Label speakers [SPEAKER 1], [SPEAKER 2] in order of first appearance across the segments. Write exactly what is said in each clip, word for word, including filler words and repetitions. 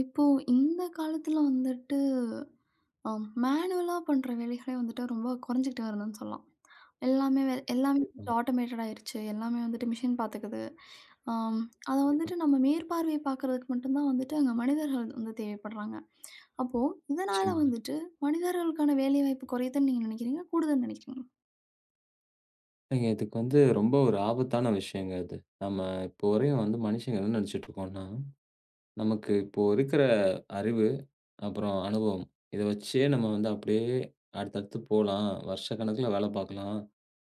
[SPEAKER 1] இப்போ இந்த காலத்துல வந்துட்டு அ மேனுவலா பண்ற வேலைகளே வந்துட்டு ரொம்ப குறைஞ்சுகிட்டு வருதுன்னு சொல்லலாம். எல்லாமே வே எல்லாமே
[SPEAKER 2] கண்டிப்பாங்க,
[SPEAKER 1] வந்துட்டு ஆட்டோமேட்டட் ஆயிருச்சு. எல்லாமே வந்துட்டு மிஷின் பார்த்துக்குது. ஆம், அத
[SPEAKER 2] கண்டிப்பா.
[SPEAKER 1] வந்துட்டு நம்ம மேற்பார்வை பார்க்குறதுக்கு மட்டும் தான் வந்துட்டு அங்க மனிதர்கள் வந்து தேவைப்படுறாங்க. அப்போ இதனால
[SPEAKER 2] நிச்சயமாங்க.
[SPEAKER 1] வந்துட்டு மனிதர்களுக்கான வேலைவாய்ப்பு குறையுதுன்னு நீங்க நினைக்கிறீங்களா? கூடுதுன்னு நினைக்கிறீங்களா?
[SPEAKER 2] ஏங்க இதுக்கு வந்து ரொம்ப ஒரு ஆபத்தான விஷயங்க இது. நம்ம இப்போ வரையும் வந்து மனுஷங்க என்ன நெனச்சுட்டு இருக்கோம்ன்னா, நமக்கு இப்போ இருக்கிற அறிவு, அப்புறம் அனுபவம். இத வச்சே நம்ம வந்து அப்படியே அடுத்தடுத்து போலாம். வருஷக்கணக்குல வேல பார்க்கலாம்.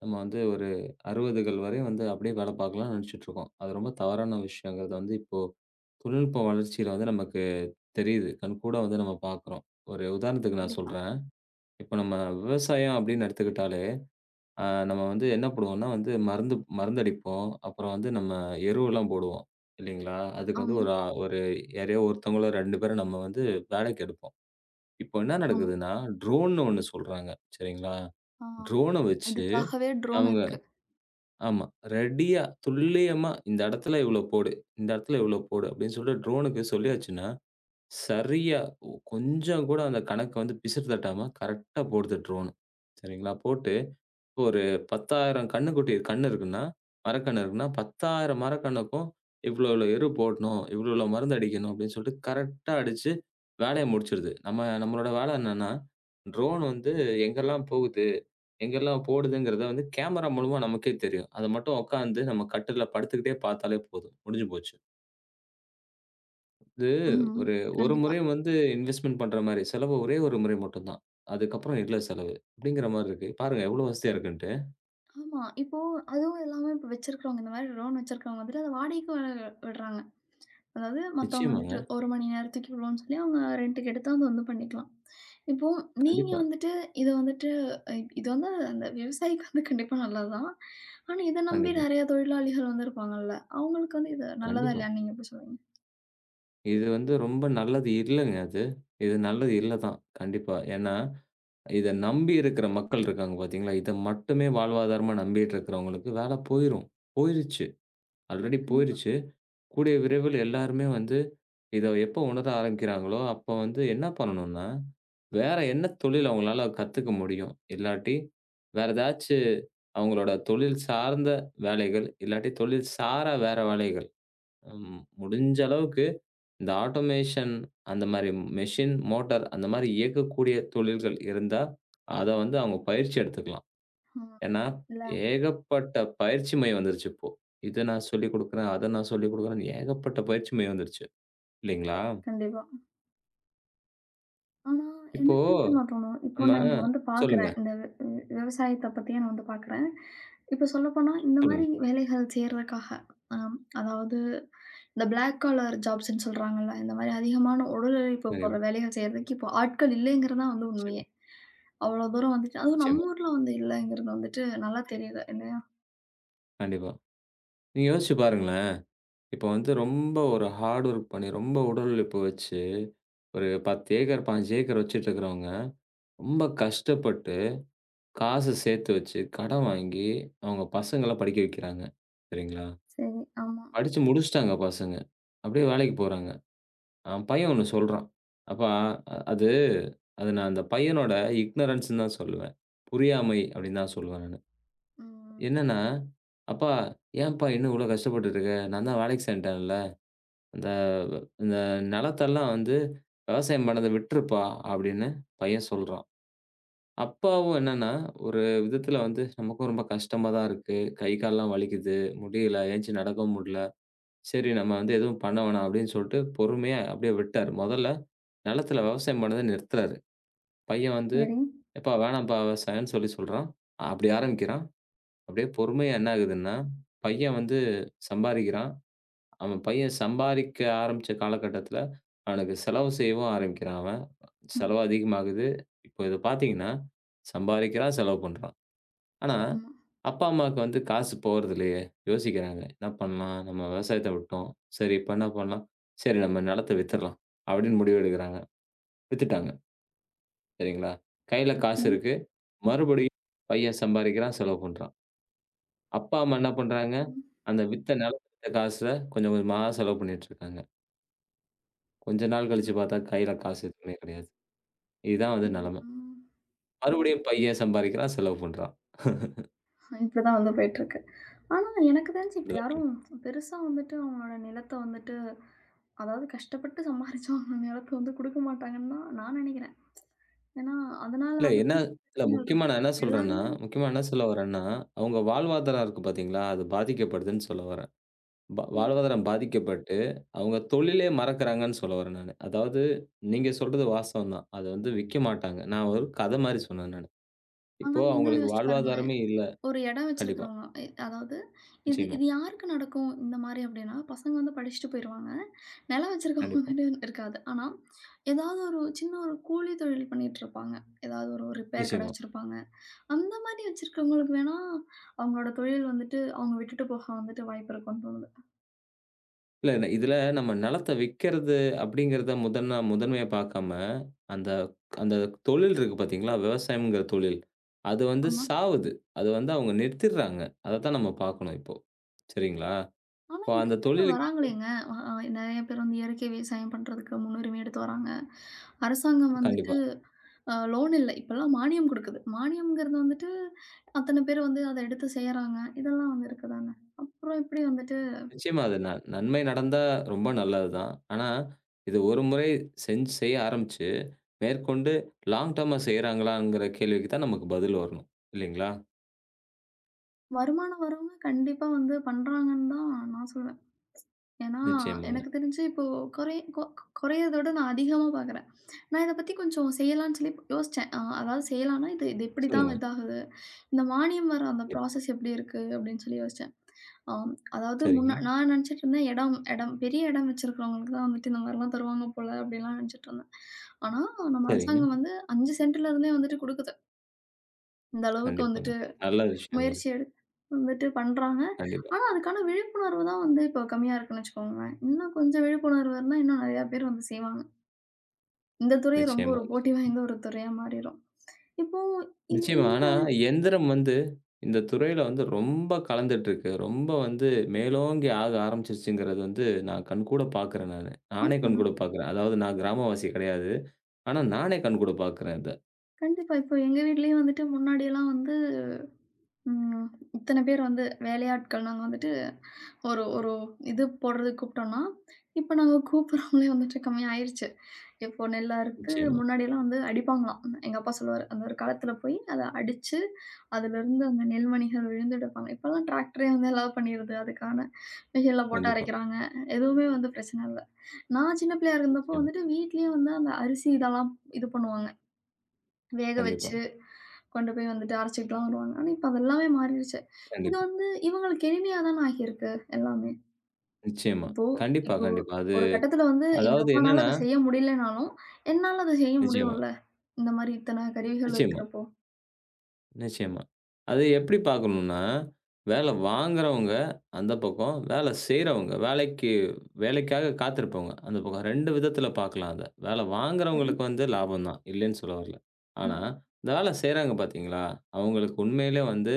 [SPEAKER 2] நம்ம வந்து ஒரு அறுபதுகள் வரையும் வந்து அப்படியே வேல பார்க்கலாம்னு நெனச்சுட்டு இருக்கோம். அது ரொம்ப தவறான விஷயங்கிறது வந்து இப்போ தொழில்நுட்ப வளர்ச்சியில வந்து நமக்கு தெரியுது. கண்கூடா வந்து நம்ம பார்க்குறோம். ஒரு உதாரணத்துக்கு நான்
[SPEAKER 1] கண்டிப்பா.
[SPEAKER 2] சொல்றேன். இப்ப நம்ம விவசாயம் அப்படின்னு எடுத்துக்கிட்டாலே அ நம்ம வந்து என்ன போடுவோம்னா வந்து மருந்து மருந்தடிப்போம். அப்புறம் வந்து நம்ம எருவெல்லாம் போடுவோம் இல்லைங்களா? அதுக்கு வந்து
[SPEAKER 1] ஆமா,
[SPEAKER 2] ஒரு அ ஒரு யாரையோ ஒருத்தவங்களோ ரெண்டு பேர நம்ம வந்து வேலைக்கு எடுப்போம். இப்போ என்ன
[SPEAKER 1] ஆமா.
[SPEAKER 2] நடக்குதுன்னா, ட்ரோன்னு ஒண்ணு சொல்றாங்க. சரிங்களா?
[SPEAKER 1] ஆ,
[SPEAKER 2] ட்ரோன வச்சு
[SPEAKER 1] அதுக்காகவே ட்ரோன்
[SPEAKER 2] அவங்க
[SPEAKER 1] இருக்கு.
[SPEAKER 2] ஆமா. ரெடியா துல்லியமா இந்த இடத்துல இவ்வளோ போடு, இந்த இடத்துல இவ்வளோ போடு அப்படின்னு சொல்லிட்டு ட்ரோனுக்கு சொல்லியாச்சுன்னா, சரியா ஒ- கொஞ்சம் கூட அந்த கணக்க வந்து பிசுறு தட்டாம கரெக்ட்டா போடுது ட்ரோனு. சரிங்களா? போட்டு ஒரு பத்தாயிரம் கன்னுக்குட்டி கன்னு இருக்குன்னா, மரக்கன்னு இருக்குன்னா, பத்தாயிரம் மரக்கன்னுக்கும் இவ்ளோ இவ்ளோ எரு போடணும், இவ்ளோ இவ்ளோ மருந்து அடிக்கணும் அப்டின்னு சொல்லிட்டு கரெக்ட்டா அடிச்சு வேலைய முடிச்சுடுது. நம்ம நம்மளோட வேலை என்னன்னா, ட்ரோன் வந்து எங்கெல்லாம் போகுது, எங்கெல்லாம் போடுதுங்கிறத வந்து கேமரா மூலமா நமக்கே தெரியும். அத மட்டும் உட்காந்து நம்ம கட்டில்ல படுத்துக்கிட்டே பார்த்தாலே போதும். முடிஞ்சு போச்சு. இது
[SPEAKER 1] ம்.
[SPEAKER 2] ஒரு ஒரு
[SPEAKER 1] கண்டிப்பா.
[SPEAKER 2] முறை வந்து இன்வெஸ்ட்மென்ட் பண்ற மாரி, செலவு ஒரே ஒரு முறை மட்டும் தான். அதுக்கப்புறம் இல்ல செலவு. அப்டிங்கிற மாரி இருக்கு. பாருங்க எவ்ளோ வசதியா இருக்குன்ட்டு.
[SPEAKER 1] ஆமா. இப்போ அதுவும் இல்லாம இப்ப வச்சிருக்கிறவங்க, இந்த மாரி ட்ரோன் வச்சிருக்கிறவங்க வந்துட்டு அத வாடகைக்கு வ விடுறாங்க. அதாவது மத்தவங்க
[SPEAKER 2] நிச்சயமாங்க.
[SPEAKER 1] வந்துட்டு ஒரு மணி நேரத்துக்கு இவ்வளோன்னு சொல்லி அவங்க ரென்ட்டுக்கு எடுத்து அத வந்து பண்ணிக்கலாம். இப்போ நீங்க
[SPEAKER 2] கண்டிப்பா.
[SPEAKER 1] வந்துட்டு இத வந்துட்டு இ இது வந்து அந்த விவசாயிக்கு வந்து கண்டிப்பா நல்லதுதான். ஆனா இத நம்பி
[SPEAKER 2] கண்டிப்பா,
[SPEAKER 1] நெறைய தொழிலாளிகள் வந்து இருப்பாங்கல்ல. அவங்களுக்கு வந்து இது நல்லதா
[SPEAKER 2] கண்டிப்பா.
[SPEAKER 1] இல்லையான்னு நீங்க எப்படி சொல்லுவீங்க?
[SPEAKER 2] இது வந்து ரொம்ப நல்லது இல்லங்க அது. இது நல்லது இல்ல தான். கண்டிப்பா. ஏன்னா, இத நம்பி இருக்கிற மக்கள் இருக்காங்க பார்த்தீங்களா? இத மட்டுமே வாழ்வாதாரமா நம்பிட்டு இருக்கிறவங்களுக்கு வேலை போயிரும். போயிருச்சு. ஆல்ரெடி
[SPEAKER 1] கண்டிப்பா.
[SPEAKER 2] போயிருச்சு. கூடிய விரைவில் எல்லாருமே வந்து இத எப்போ உணர ஆரம்பிக்கிறாங்களோ, அப்போ வந்து என்ன பண்ணணும்னா, வேற என்ன தொழில் அவங்களால கத்துக்க முடியும்? இல்லாட்டி, வேற ஏதாச்சு அவங்களோட தொழில் சார்ந்த வேலைகள், இல்லாட்டி தொழில் சாரா வேற வேலைகள். ம் முடிஞ்ச அளவுக்கு இந்த ஆட்டோமேஷன் அந்த மாரி மெஷின், மோட்டார் அந்த மாரி இயக்கக்கூடிய தொழில்கள் இருந்தா, அத வந்து அவங்க பயிற்சி எடுத்துக்கலாம்.
[SPEAKER 1] ம்.
[SPEAKER 2] ஏன்னா,
[SPEAKER 1] இல்ல.
[SPEAKER 2] ஏகப்பட்ட பயிற்சி மை வந்துருச்சு இப்போ. இத நான் சொல்லிக் குடுக்குறேன், அத நான் சொல்லிக் குடுக்குறேன்னு ஏகப்பட்ட பயிற்சி மை வந்துருச்சு. இல்லைங்களா?
[SPEAKER 1] கண்டிப்பா. ஆனா,
[SPEAKER 2] இப்போ
[SPEAKER 1] எனக்குன்ட்டு நான் தோணும். இப்போ
[SPEAKER 2] நம்ம
[SPEAKER 1] நான் இங்க வந்து
[SPEAKER 2] சொல்லுங்க,
[SPEAKER 1] பார்க்குறேன். இந்த வி வி விவசாயத்த பத்தியே நான் வந்து பார்க்குறேன். இப்போ சொல்லப்போனா, இந்த மாரி
[SPEAKER 2] சொல்லுங்க.
[SPEAKER 1] வேலைகள் செய்றதுக்காக, அம் அதாவது இந்த பிளாக் காலர் ஜாப்ஸ்ன்னு சொல்றாங்கல்ல, இந்த மாரி அதிகமான உடல் உழைப்பு
[SPEAKER 2] நிறைவு
[SPEAKER 1] போடுற வேலைகள் செய்றதுக்கு இப்போ ஆட்கள் இல்லைங்கிறது தான் வந்து
[SPEAKER 2] நிச்சயமா,
[SPEAKER 1] உண்மையே. அவ்வளோ தூரம் வந்துட்டு அதுவும்
[SPEAKER 2] நிச்சயமா.
[SPEAKER 1] நம்ம ஊர்ல வந்து இல்லைங்கிறது வந்துட்டு நல்லா தெரியுது இல்லையா?
[SPEAKER 2] கண்டிப்பா. நீங்க யோசிச்சு பாருங்களேன். இப்போ வந்து ரொம்ப ஒரு ஹார்ட் வொர்க் பண்ணி, ரொம்ப உடல் உழைப்பு வச்சு, ஒரு பத்து ஏக்கர், பதினைந்து ஏக்கர் வச்சுட்டு இருக்கிறவங்க, ரொம்ப கஷ்டப்பட்டு காசு சேர்த்து வச்சு, கடன் வாங்கி, அவங்க பசங்கள படிக்க வைக்கிறாங்க. சரிங்களா?
[SPEAKER 1] சரி, ஆமா.
[SPEAKER 2] படிச்சு முடிச்சுட்டாங்க பசங்க. அப்படியே வேலைக்கு போறாங்க. அவன் பையன் ஒண்ணு சொல்றான். அப்பா அ அது அது நான் அந்த பையனோட இக்னரன்ஸ்ன்னு தான் சொல்லுவேன். புரியாமை அப்படின்னு தான் சொல்லுவேன் நானு.
[SPEAKER 1] ம்.
[SPEAKER 2] என்னன்னா, "அப்பா ஏன்ப்பா இன்னும் இவ்வளோ கஷ்டப்பட்டுட்டு இருக்க? நான் தான் வேலைக்கு சேர்ந்துட்டேன்ல. அந்த இந்த நிலத்தெல்லாம் வந்து விவசாயம் பண்ணத விட்டுருப்பா" அப்படின்னு பையன் சொல்றான். அப்பாவும் என்னன்னா, ஒரு விதத்துல வந்து நமக்கும் ரொம்ப கஷ்டமா தான் இருக்கு. கை, கால்லாம் வலிக்குது. முடியல. எந்திச்சு நடக்கவும் முடியல. சரி நம்ம வந்து எதுவும் பண்ண வேணாம் அப்படின்னு சொல்லிட்டு பொறுமையா அப்படியே விட்டாரு. மொதல்ல நிலத்துல விவசாயம் பண்ணத நிறுத்துறாரு. பையன் வந்து,
[SPEAKER 1] சரி.
[SPEAKER 2] "எப்பா வேணாம்ப்பா விவசாயம்ன்னு" சொல்லி சொல்றான். அப்படி ஆரம்பிக்கிறான். அப்படியே பொறுமையா என்ன ஆகுதுன்னா, பையன் வந்து சம்பாரிக்கிறான். அவன் பையன் சம்பாரிக்க ஆரம்பிச்ச காலகட்டத்துல, அவனுக்கு செலவு செய்யவும் ஆரம்பிக்கிறான் அவன். செலவு
[SPEAKER 1] ம்.
[SPEAKER 2] அதிகமாகுது. இப்போ இத பார்த்தீங்கன்னா, சம்பாரிக்கிறான், செலவு பண்றான். ஆனா,
[SPEAKER 1] ஆமா.
[SPEAKER 2] அப்பா, அம்மாவுக்கு வந்து காசு போறதில்லயே! யோசிக்கிறாங்க. என்ன பண்ணலாம்? நம்ம விவசாயத்த விட்டோம். சரி, இப்ப என்ன பண்ணலாம்? சரி, நம்ம நிலத்த வித்துர்லாம். அப்படின்னு முடிவு எடுக்குறாங்க. வித்துட்டாங்க. சரிங்களா? கையில காசு
[SPEAKER 1] ம்.
[SPEAKER 2] இருக்கு. மறுபடியும் பையன் சம்பாரிக்கிறான், செலவு பண்றான். அப்பா, அம்மா என்ன பண்றாங்க?
[SPEAKER 1] ம்.
[SPEAKER 2] அந்த வித்த நிலத்த வித்த காசுல கொஞ்சம் கொஞ்சமா செலவு பண்ணிட்டு இருக்காங்க. கொஞ்ச நாள் கழிச்சு பார்த்தா கையில காசு எதுவுமே கிடையாது. இதுதான் வந்து
[SPEAKER 1] ம்.
[SPEAKER 2] நிலைமை.
[SPEAKER 1] ம்.
[SPEAKER 2] மறுபடியும் பையன் சம்பாரிக்கிறான், செலவு பண்றான்.
[SPEAKER 1] இப்படிதான் வந்து போயிட்டுருக்கு. ஆனா, எனக்கு தெரிஞ்சு இப்ப
[SPEAKER 2] இப்படிதான்
[SPEAKER 1] யாரும் பெருசா வந்துட்டு அவங்களோட நிலத்த வந்துட்டு அதாவது கஷ்டப்பட்டு சம்பாரிச்சவங்க நிலத்த வந்து குடுக்க மாட்டாங்கன்னு தான் நான் நெனைக்கிறேன். ஏன்னா, அதனால
[SPEAKER 2] இல்ல என்ன
[SPEAKER 1] அதுக்கும்
[SPEAKER 2] இல்ல
[SPEAKER 1] பிரச்சனைகள் இருக்கு.
[SPEAKER 2] முக்கியமா நான் என்ன சொல்றேன்னா,
[SPEAKER 1] எல்லாருமே
[SPEAKER 2] முக்கியமா என்ன சொல்ல வரேன்னா, அவங்க வாழ்வாதாரம் இருக்கு பார்த்தீங்களா, அது பாதிக்கப்படுதுன்னு சொல்ல வரேன். பா வாழ்வாதாரம் பாதிக்கப்பட்டு, அவங்க தொழிலே மறக்கிறாங்கன்னு சொல்ல வரேன் நானு. அதாவது நீங்க சொல்றது வாஸ்தவம் தான். அத வந்து விக்க மாட்டாங்க. நான் ஒரு கத மாரி சொன்னேன் நானு.
[SPEAKER 1] ஆனா,
[SPEAKER 2] இப்போ
[SPEAKER 1] இன்னொன்னு
[SPEAKER 2] அவங்களுக்கு
[SPEAKER 1] யோசிச்சு பாருங்களேன்.
[SPEAKER 2] வாழ்வாதாரமே இல்ல.
[SPEAKER 1] ஒரு இடம்
[SPEAKER 2] கண்டிப்பா.
[SPEAKER 1] வச்சிருக்கிறவங்க. எ அதாவது இது
[SPEAKER 2] நிச்சயமா.
[SPEAKER 1] இது யாருக்கு நடக்கும் இந்த மாரி அப்டின்னா, பசங்க வந்து படிச்சுட்டு போயிருவாங்க. நிலம் வச்சிருக்கவங்க
[SPEAKER 2] கண்டிப்பா.
[SPEAKER 1] கிட்ட இருக்காது. ஆனா, ஏதாவது ஒரு சின்ன ஒரு கூலி தொழில் பண்ணிட்டுருப்பாங்க. ஏதாவது ஒரு ரிப்பேர் கடை
[SPEAKER 2] நிச்சயமா.
[SPEAKER 1] வச்சிருப்பாங்க. அந்த மாரி வச்சிருக்கிறவங்களுக்கு வேணா, அவங்களோட தொழில் வந்துட்டு அவங்க விட்டுட்டு போக வந்துட்டு வாய்ப்பு இருக்கும்ன்னு தோணுது.
[SPEAKER 2] இல்ல, இல்ல. இதுல நம்ம நிலத்த விக்கிறது அப்படிங்கிறத முதன்னா முதன்மையா பார்க்காம, அந்த அந்த தொழில் இருக்கு பார்த்தீங்களா? விவசாயம்ங்கிற தொழில். அது வந்து
[SPEAKER 1] ஆமா.
[SPEAKER 2] சாவுது. அது வந்து அவங்க நிறுத்திடுறாங்க. அதத்தான் நம்ம பார்க்கணும் இப்போ. சரிங்களா?
[SPEAKER 1] ஆனா
[SPEAKER 2] இப்போ அந்த
[SPEAKER 1] இளைஞர்கள்
[SPEAKER 2] தொழிலுக்கு
[SPEAKER 1] வராங்களேங்க. அ அ நெறைய பேர் வந்து இயற்கை விவசாயம் பண்றதுக்கு முன்னுரிமை எடுத்து வராங்க. அரசாங்கம்
[SPEAKER 2] கண்டிப்பா.
[SPEAKER 1] வந்துட்டு அ லோன் இல்ல. இப்பல்லாம் மானியம் குடுக்குது. மானியம்ங்கிறது வந்துட்டு, அத்தன பேர் வந்து அத எடுத்து செய்றாங்க. இதெல்லாம் வந்து இருக்குதாங்க. அப்புறம் எப்படி வந்துட்டு
[SPEAKER 2] நிச்சயமா அது ந நன்மை நடந்தா ரொம்ப நல்லது தான். ஆனா, இது ஒரு முறை செஞ்சு செய்ய ஆரம்பிச்சு, மேற்கொண்டு லாங் டர்மா செய்றாங்களாங்கிற கேள்விக்கு தான் நமக்கு பதில் வரணும். இல்லைங்களா?
[SPEAKER 1] வருமானம் வரவங்க கண்டிப்பா வந்து பண்றாங்கன்னு தான் நான் சொல்லுவேன். ஏன்னா,
[SPEAKER 2] நிச்சயமாங்க.
[SPEAKER 1] எனக்கு தெரிஞ்சு இப்போ குறைய கொ கொ- குறையறத விட நான் அதிகமா பார்க்குறேன். நான் இத பத்தி கொஞ்சம் செய்யலான்னு சொல்லி யோசிச்சேன். அ அதாவது செய்யலான்னா, இது இது இப்படி தான்
[SPEAKER 2] சொல்லுங்க.
[SPEAKER 1] இதாகுது. இந்த மானியம் வர அந்த
[SPEAKER 2] கண்டிப்பா.
[SPEAKER 1] ப்ராசஸ் எப்படி இருக்கு? அப்படின்னு சொல்லி யோசிச்சேன். ஆம், அதாவது
[SPEAKER 2] சரிங்க,
[SPEAKER 1] முன்ன நான் நெனச்சுட்டு இருந்தேன், இடம் இடம் பெரிய இடம் வச்சிருக்கிறவங்களுக்கு தான் வந்துட்டு இந்த மாரிலாம் தருவாங்க போல அப்படிலாம் நெனச்சுட்டு இருந்தேன். ஆனா, நம்ம
[SPEAKER 2] சரிங்க.
[SPEAKER 1] அரசாங்கம் வந்து ஐந்து சென்ட்ல இருந்தே வந்துட்டு குடுக்குது. இந்த அளவுக்கு
[SPEAKER 2] கண்டிப்பாங்க.
[SPEAKER 1] வந்துட்டு
[SPEAKER 2] நல்ல விஷயங்க அது.
[SPEAKER 1] முயற்சி எடுத்து வந்துட்டு பண்றாங்க.
[SPEAKER 2] கண்டிப்பா.
[SPEAKER 1] ஆனா, அதுக்கான விழிப்புணர்வு தான் வந்து இப்போ கம்மியா இருக்குன்னு வச்சுக்கோங்களேன். இன்னும் கொஞ்சம் விழிப்புணர்வு இருந்தா, இன்னும் நெறையா பேர் வந்து செய்வாங்க. இந்த துறை ரொம்ப
[SPEAKER 2] நிச்சயமா, நிச்சயமா.
[SPEAKER 1] ஒரு போட்டி வாய்ந்த ஒரு துறையா மாறிரும். இப்போ இந்
[SPEAKER 2] நிச்சயமா.
[SPEAKER 1] இந்த
[SPEAKER 2] ஆனா, எந்திரம் வந்து இந்த துறையில வந்து ரொம்ப கலந்துட்டுருக்கு. ரொம்ப வந்து மேலோங்கி ஆக ஆரம்பிச்சுருச்சுங்கிறது வந்து நான் கண்கூட பார்க்குறேன் நானு. நானே
[SPEAKER 1] ஆமா.
[SPEAKER 2] கண்கூட பார்க்குறேன். அதாவது நான் கிராமவாசி கிடையாது. ஆனா, நானே கண்கூட பார்க்குறேன் இத.
[SPEAKER 1] கண்டிப்பா. இப்போ எங்க வீட்லயும் வந்துட்டு முன்னாடிலாம் வந்து ம். இத்தன பேர் வந்து வேலையாட்கள் நாங்க வந்துட்டு ஒரு ஒரு இது போடுறதுக்கு கூப்பிட்டோம்னா, இப்ப நாங்க கூப்பிடுறோம்லே வந்துட்டு கம்மியாயிருச்சு. இப்போ நெல் அறுத்து
[SPEAKER 2] நிச்சயமா.
[SPEAKER 1] முன்னாடிலாம் வந்து அடிப்பாங்களாம். எங்க அப்பா சொல்லுவாரு, அந்த ஒரு களத்துல போய் அத அடிச்சு, அதுலருந்து அந்த நெல்மணிகள் விழுந்து எடுப்பாங்க. இப்பலாம் டிராக்டரே வந்து எல்லாம் பண்ணிருது. அதுக்கான மிஷின்ல போட்டு
[SPEAKER 2] கண்டிப்பா.
[SPEAKER 1] அரைக்கிறாங்க. எதுவுமே வந்து பிரச்சனை இல்ல. நான் சின்ன பிள்ளையா இருந்தப்போ
[SPEAKER 2] நிச்சயமா.
[SPEAKER 1] வந்துட்டு வீட்லயே வந்து அந்த அரிசி இதெல்லாம் இது பண்ணுவாங்க. வேக
[SPEAKER 2] கண்டிப்பா.
[SPEAKER 1] வச்சு கொண்டு போய் வந்துட்டு அரைச்சுக்கிட்டுலாம் வருவாங்க. ஆனா இப்ப அது எல்லாமே மாறிடுச்சு. இது
[SPEAKER 2] கண்டிப்பா.
[SPEAKER 1] வந்து இவங்களுக்கு எளிமையா தான ஆகியிருக்கு எல்லாமே.
[SPEAKER 2] நிச்சயமா.
[SPEAKER 1] இப்போ
[SPEAKER 2] கண்டிப்பா,
[SPEAKER 1] இப்போ
[SPEAKER 2] கண்டிப்பா. அது
[SPEAKER 1] ஒரு கட்டத்துல வந்து எங்க
[SPEAKER 2] அதாவது
[SPEAKER 1] அப்பானால
[SPEAKER 2] என்னன்னா
[SPEAKER 1] அத செய்ய முடியலனாலும், என்னால அத செய்ய
[SPEAKER 2] நிச்சயமா,
[SPEAKER 1] முடியும்ல. இந்த மாரி இத்தன கருவிகள்
[SPEAKER 2] நிச்சயமா.
[SPEAKER 1] இருக்கிறப்போ.
[SPEAKER 2] நிச்சயமா. அது எப்படி பார்க்கணும்னா, வேல வாங்குறவங்க அந்த பக்கம், வேல செய்றவங்க, வேலைக்கு வேலைக்காக காத்திருப்பவங்க அந்த பக்கம். ரெண்டு விதத்துல பார்க்கலாம் அத. வேல
[SPEAKER 1] சரி.
[SPEAKER 2] வாங்குறவங்களுக்கு வந்து லாபம் தான், இல்லைன்னு சொல்ல வரல. ஆனா,
[SPEAKER 1] ம்.
[SPEAKER 2] இந்த வேல செய்றாங்க பார்த்தீங்களா, அவங்களுக்கு உண்மையிலே வந்து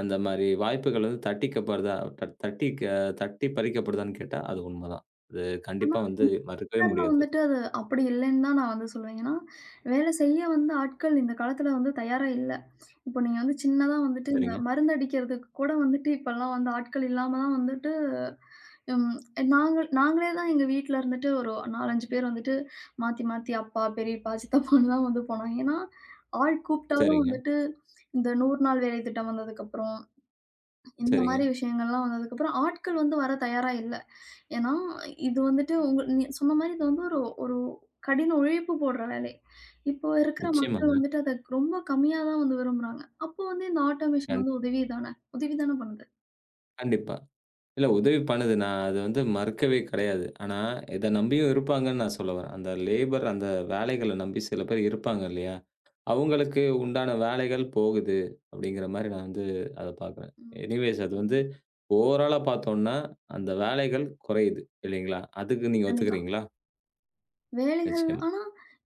[SPEAKER 2] அந்த மாரி வாய்ப்புகள் வந்து தட்டிக்கப்படுதா தட் தட்டி க தட்டி பறிக்கப்படுதான்னு கேட்டா, அது உண்மதான். அது
[SPEAKER 1] ஆனா
[SPEAKER 2] கண்டிப்பா வந்து மறுக்கவே
[SPEAKER 1] வீட்டார்ல
[SPEAKER 2] முடியாது அது.
[SPEAKER 1] வந்துட்டு அது அப்படி இல்லன்னு தான் நான் வந்து சொல்லுவேன். ஏன்னா, வேலை செய்ய வந்து ஆட்கள் இந்த காலத்துல வந்து தயாரா இல்ல. இப்போ நீங்க வந்து சின்னதா வந்துட்டு இந்த
[SPEAKER 2] சரிங்க,
[SPEAKER 1] மருந்து அடிக்கிறதுக்கு கூட வந்துட்டு இப்பலாம் வந்து ஆட்கள் இல்லாம தான் வந்துட்டு ம். நாங்க நாங்களே தான் எங்க வீட்ல இருந்துட்டு ஒரு நான்கு, அஞ்சு பேர் வந்துட்டு மாத்தி, மாத்தி அப்பா, பெரியப்பா, சித்தப்பான்னு தான் வந்து போனாங்க. ஏன்னா, ஆள் கூப்பிட்டாலும்
[SPEAKER 2] சரிங்க,
[SPEAKER 1] வந்துட்டு இந்த நூறு நாள் வேலை திட்டம் வந்ததுக்கப்புறம், இந்த
[SPEAKER 2] சரிங்க.
[SPEAKER 1] மாரி விஷயங்கள்லாம் வந்ததுக்கப்புறம் ஆட்கள் வந்து வர தயாரா இல்ல. ஏன்னா, இது வந்துட்டு உங்க நீ சொன்ன மாரி இது வந்து ஒரு ஒரு கடின உழைப்பு போடுற வேலை. இப்போ இருக்கிற மக்கள்
[SPEAKER 2] நிச்சயமாங்க.
[SPEAKER 1] வந்துட்டு அத ரொம்ப கம்மியா தான் வந்து விரும்புறாங்க. அப்போ வந்து இந்த ஆட்டோமேஷன்
[SPEAKER 2] கண்
[SPEAKER 1] வந்து உதவி தான உதவி தான பண்ணுது.
[SPEAKER 2] கண்டிப்பா. இல்ல உதவி பண்ணுது. நான் அது வந்து மறுக்கவே கிடையாது. ஆனா, இத நம்பியும் இருப்பாங்கன்னு நான் சொல்ல வரேன். அந்த லேபர் அந்த வேலைகள நம்பி சில பேர் இருப்பாங்க இல்லையா? அவங்களுக்கு உண்டான வேலைகள் போகுது அப்படிங்கிற மாரி நான் வந்து அத பார்க்குறேன்.
[SPEAKER 1] ம்.
[SPEAKER 2] எனிவேஸ் அது வந்து ஓவராலா பார்த்தோம்னா, அந்த வேலைகள் குறையுது இல்லைங்களா? அதுக்கு நீங்க
[SPEAKER 1] கண்டிப்பா.
[SPEAKER 2] ஒத்துக்கிறீங்களா?
[SPEAKER 1] வேலைகள்
[SPEAKER 2] நிச்சயமா.
[SPEAKER 1] ஆனா,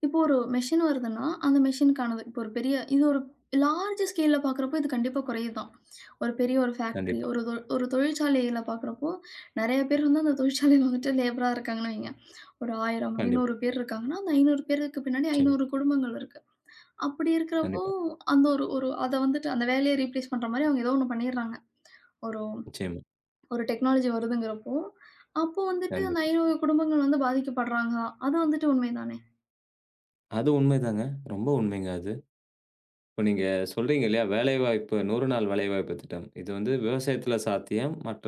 [SPEAKER 1] இப்போ ஒரு மெஷின் வருதுன்னா, அந்த மெஷினுக்கானது இப்போ ஒரு பெரிய இது ஒரு லார்ஜ் ஸ்கேல்ல பார்க்குறப்போ இது கண்டிப்பா குறையுதுதான். ஒரு பெரிய ஒரு ஃபேக்ட்ரி,
[SPEAKER 2] கண்டிப்பா,
[SPEAKER 1] ஒரு தொ ஒரு தொழிற்சாலையில பார்க்குறப்போ, நெறைய பேர் வந்து அந்த தொழிற்சாலையில வந்துட்டு லேபரா இருக்காங்கன்னு வைங்க. ஒரு ஆயிரம்,
[SPEAKER 2] கண்டிப்பா.
[SPEAKER 1] ஐநூறு பேர் இருக்காங்கன்னா, அந்த ஐநூறு பேருக்கு பின்னாடி
[SPEAKER 2] நிச்சயமா,
[SPEAKER 1] ஐநூறு குடும்பங்கள் இருக்கு. அப்படி இருக்கிறப்போ,
[SPEAKER 2] கண்டிப்பா,
[SPEAKER 1] அந்த ஒரு ஒரு அத வந்துட்டு அந்த வேலைய ரீப்ளேஸ் பண்ற மாரி அவங்க ஏதோ ஒண்ணு பண்ணிடுறாங்க. ஒரு
[SPEAKER 2] நிச்சயமா,
[SPEAKER 1] ஒரு டெக்னாலஜி வருதுங்கிறப்போ, அப்போ வந்துட்டு அந்த
[SPEAKER 2] கண்டிப்பா.
[SPEAKER 1] ஐநூறு குடும்பங்கள் வந்து பாதிக்கப்படுறாங்க. அது வந்துட்டு உண்மைதானே?
[SPEAKER 2] அது உண்மைதாங்க. ரொம்ப உண்மைங்க அது. இப்ப நீங்க சொல்றீங்க இல்லையா, வேலைவாய்ப்பு நூறு நாள் வேலைவாய்ப்பு திட்டம். இது வந்து விவசாயத்தில சாத்தியம். மற்ற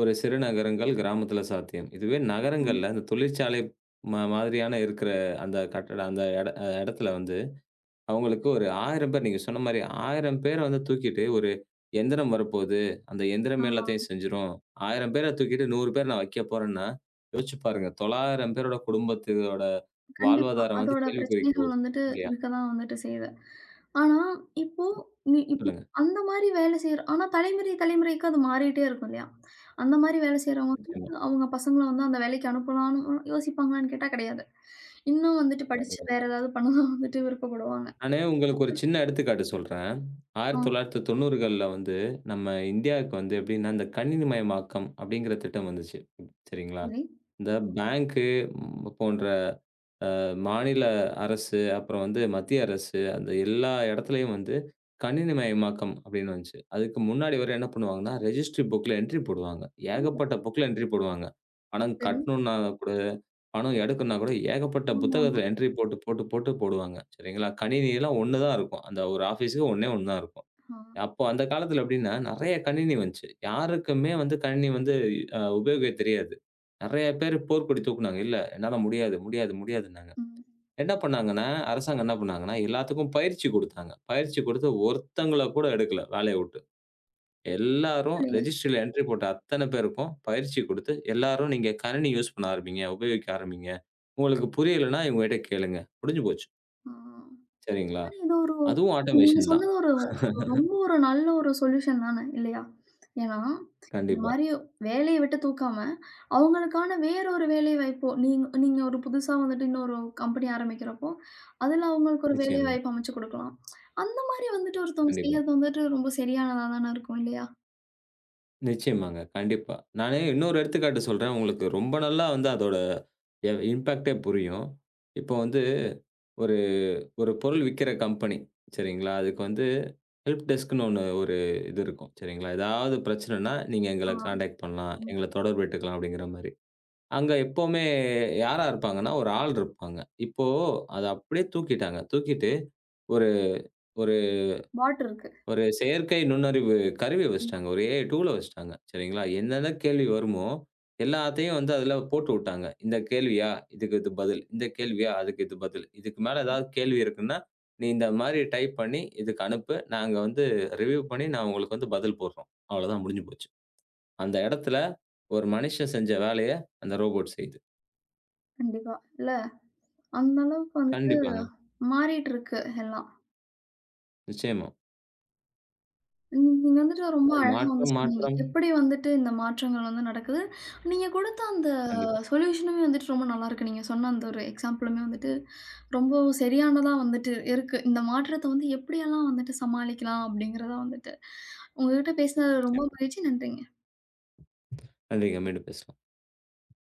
[SPEAKER 2] ஒரு சிறு நகரங்கள், கிராமத்தில சாத்தியம். இதுவே
[SPEAKER 1] ஆமா.
[SPEAKER 2] நகரங்கள்ல இந்த தொழிற்சாலை ம மாதிரியான இருக்கிற அந்த கட்டட அந்த எட இடத்துல வந்து அவங்களுக்கு ஒரு ஆயிரம் பேர் நீங்க சொன்ன மாரி ஆயிரம் பேர வந்து தூக்கிட்டு ஒரு எந்திரம் வரப்போது. அந்த
[SPEAKER 1] ஆ.
[SPEAKER 2] எந்திரமே எல்லாத்தையும் செஞ்சுரும். ஆயிரம் பேர தூக்கிட்டு நூறு பேர் நான் வைக்க போறேன்னா, யோசிச்சு பாருங்க. தொள்ளாயிரம் பேரோட குடும்பத்தோட
[SPEAKER 1] கண்டிப்பா.
[SPEAKER 2] வாழ்வாதாரம் வந்து
[SPEAKER 1] அதோட
[SPEAKER 2] கேள்விக்குறிக்கு
[SPEAKER 1] பிரச்சனைகள்
[SPEAKER 2] போகுது.
[SPEAKER 1] வந்துட்டு
[SPEAKER 2] இல்லையா?
[SPEAKER 1] இருக்க தான் வந்துட்டு செய்யுது. ஆனா, இப்போ நீ இப்போ
[SPEAKER 2] சொல்லுங்க.
[SPEAKER 1] அந்த மாரி வேலை செய்ற ஆனா தலைமுறை, தலைமுறைக்கு அது மாறிட்டே இருக்கும் இல்லையா? அந்த மாரி வேலை செய்றவங்க
[SPEAKER 2] நிச்சயமா.
[SPEAKER 1] வந்து அவங்க பசங்கள வந்து அந்த வேலைக்கு அனுப்பலான்னு யோசிப்பாங்களான்னு கேட்டா கிடையாது. இன்னும் வந்துட்டு படிச்சு
[SPEAKER 2] கண்டிப்பா.
[SPEAKER 1] வேற ஏதாவது பண்ண தான் வந்துட்டு விருப்பப்படுவாங்க.
[SPEAKER 2] நானு உங்களுக்கு ஒரு சின்ன எடுத்துக்காட்டு சொல்றேன்.
[SPEAKER 1] ஆ,
[SPEAKER 2] தொள்ளாயிரத்து தொண்ணூறுகள்ல வந்து நம்ம இந்தியாவுக்கு வந்து எப்படின்னா, இந்த கணினிமயமாக்கம் அப்படிங்கிற திட்டம் வந்துச்சு. சரிங்களா?
[SPEAKER 1] சரி,
[SPEAKER 2] இந்த பேங்க்கு போன்ற அ மாநில அரசு, அப்புறம் வந்து மத்திய அரசு அந்த எல்லா இடத்துலயும் வந்து கணினிமயமாக்கம் அப்படின்னு வந்துச்சு. அதுக்கு முன்னாடி வரை என்ன பண்ணுவாங்கன்னா, ரெஜிஸ்ட்ரி புக்ல என்ட்ரி போடுவாங்க. ஏகப்பட்ட புக்ல என்ட்ரி போடுவாங்க. பணம்
[SPEAKER 1] சரி.
[SPEAKER 2] கட்டணும்னா கூட பணோ எடுக்கணும்னா கூட ஏகப்பட்ட
[SPEAKER 1] ஆமாமா.
[SPEAKER 2] புத்தகத்துல என்ட்ரி போட்டு, போட்டு, போட்டு போடுவாங்க. சரிங்களா? கணினிலாம் ஒண்ணு தான் இருக்கும். அந்த ஒரு ஆஃபீஸுக்கு ஒண்ணே ஒண்ணு தான் இருக்கும்.
[SPEAKER 1] ஆ.
[SPEAKER 2] அப்போ அந்த காலத்துல எப்படின்னா, நெறைய கணினி வந்துச்சு. யாருக்குமே வந்து கணினி வந்து அ உபயோகிக்க தெரியாது. நெறைய பேரு போர்க்கொடி தூக்குனாங்க. "இல்ல, என்னால முடியாது, முடியாது, முடியாதுன்னாங்க."
[SPEAKER 1] ம்.
[SPEAKER 2] என்ன பண்ணாங்கன்னா, அரசாங்கம் என்ன பண்ணாங்கன்னா, எல்லாத்துக்கும் பயிற்சி குடுத்தாங்க. பயிற்சி குடுத்து ஒருத்தங்கள கூட எடுக்கல வேலைய விட்டு. எல்லாரும்
[SPEAKER 1] பரவாயில்லையே.
[SPEAKER 2] ரெஜிஸ்ட்ரில என்ட்ரி போட்ட அத்தன பேருக்கும் பயிற்சி குடுத்து, எல்லாரும் நீங்க கணினி யூஸ் பண்ண ஆரம்பிங்க, உபயோகிக்க ஆரம்பிங்க. உங்களுக்கு புரியலன்னா இவங்ககிட்ட கேளுங்க. முடிஞ்சு போச்சு.
[SPEAKER 1] ஆ.
[SPEAKER 2] சரிங்களா?
[SPEAKER 1] ஆனா இது ஒரு
[SPEAKER 2] அதுவும்
[SPEAKER 1] இது நீங்க
[SPEAKER 2] ஆட்டோமேஷன் தான்.
[SPEAKER 1] சொன்னது ஒரு ஒரு நல்ல ஒரு சொல்யூஷன் தானே இல்லையா? ஏன்னா, இந்த
[SPEAKER 2] கண்டிப்பா.
[SPEAKER 1] மாரி வேலைய விட்டு தூக்காம, அவங்களுக்கான வேற ஒரு வேலை வாய்ப்போ நீங்க நீங்க ஒரு புதுசா வந்துட்டு இன்னொரு கம்பெனி ஆரம்பிக்கிறப்போ, அதுல அவங்களுக்கு ஒரு வேலை
[SPEAKER 2] நிச்சயமா.
[SPEAKER 1] வாய்ப்பு அமைச்சு குடுக்கலாம். அந்த மாரி வந்துட்டு ஒருத்தவங்க
[SPEAKER 2] கண்டிப்பா.
[SPEAKER 1] செய்யறது வந்துட்டு ரொம்ப சரியானதா தானே இருக்கும் இல்லையா?
[SPEAKER 2] நிச்சயமாங்க. கண்டிப்பா. நானு இன்னொரு எடுத்துக்காட்டு சொல்றேன். உங்களுக்கு ரொம்ப நல்லா வந்து அதோட எ இம்பாக்ட்டே புரியும். இப்போ வந்து ஒரு ஒரு பொருள் விக்கிற கம்பெனி சரிங்களா? அதுக்கு வந்து ஹெல்ப் டெஸ்க்ன்னு ஒண்ணு ஒரு இது இருக்கும் சரிங்களா? ஏதாவது பிரச்சனைன்னா நீங்க
[SPEAKER 1] ஆ,
[SPEAKER 2] எங்கள கான்டாக்ட் பண்ணலாம்.
[SPEAKER 1] ஆமா.
[SPEAKER 2] எங்கள தொடர்புட்டுக்கலாம் அப்படிங்கிற மாரி. அங்க எப்பவுமே யாரா இருப்பாங்கன்னா, ஒரு ஆள் இருப்பாங்க. இப்போ அத அப்படியே தூக்கிட்டாங்க. தூக்கிட்டு ஒரு ஒரு
[SPEAKER 1] பாட் இருக்கு.
[SPEAKER 2] ஒரு செயற்கை நுண்ணறிவு கருவிய
[SPEAKER 1] ம்.
[SPEAKER 2] வச்சுட்டாங்க. ஒரு ஏ ஐ டூல வச்சுட்டாங்க. சரிங்களா? என்னென்ன கேள்வி வருமோ, எல்லாத்தையும் வந்து அதுல போட்டு விட்டாங்க. இந்த கேள்வியா? இதுக்கு இது பதில். இந்த கேள்வியா? அதுக்கு இது பதில். இதுக்கு மேல ஏதாவது கேள்வி இருக்குன்னா, நீ இந்த மாரி டைப் பண்ணி இதுக்கு அனுப்பு. நாங்க வந்து ரிவ்யூ பண்ணி நான் உங்களுக்கு வந்து பதில் போடுறோம். அவ்வளோதான் முடிஞ்சு போச்சு. அந்த இடத்துல ஒரு மனுஷன் செஞ்ச வேலைய அந்த ரோபோட் செய்யுது.
[SPEAKER 1] கண்டிப்பா. இல்ல அந்த அளவுக்கு வந்துட்டு
[SPEAKER 2] கண்டிப்பாங்க.
[SPEAKER 1] மாறிட்டு இருக்கு எல்லாம்.
[SPEAKER 2] நிச்சயமா.
[SPEAKER 1] நீங்க வந்துட்டு ரொம்ப அழகா வந்து
[SPEAKER 2] மாற்றம்,
[SPEAKER 1] சொன்னீங்க.
[SPEAKER 2] மாற்றம்.
[SPEAKER 1] எப்படி வந்துட்டு இந்த மாற்றங்கள் வந்து நடக்குது? நீங்க கொடுத்த அந்த
[SPEAKER 2] கண்டிப்பா.
[SPEAKER 1] சொல்யூஷனுமே வந்துட்டு ரொம்ப நல்லாருக்கு. நீங்க சொன்ன அந்த ஒரு எக்ஸாம்பிளுமே வந்துட்டு ரொம்ப சரியானதா வந்துட்டு இருக்கு. இந்த மாற்றத்த வந்து எப்படியெல்லாம் வந்துட்டு சமாளிக்கலாம் அப்படிங்கிறத வந்துட்டு உங்ககிட்ட பேசினது ரொம்ப
[SPEAKER 2] நிச்சயமா.
[SPEAKER 1] மகிழ்ச்சி. நன்றிங்க.
[SPEAKER 2] நன்றிங்க. மீண்டும் பேசலாம்.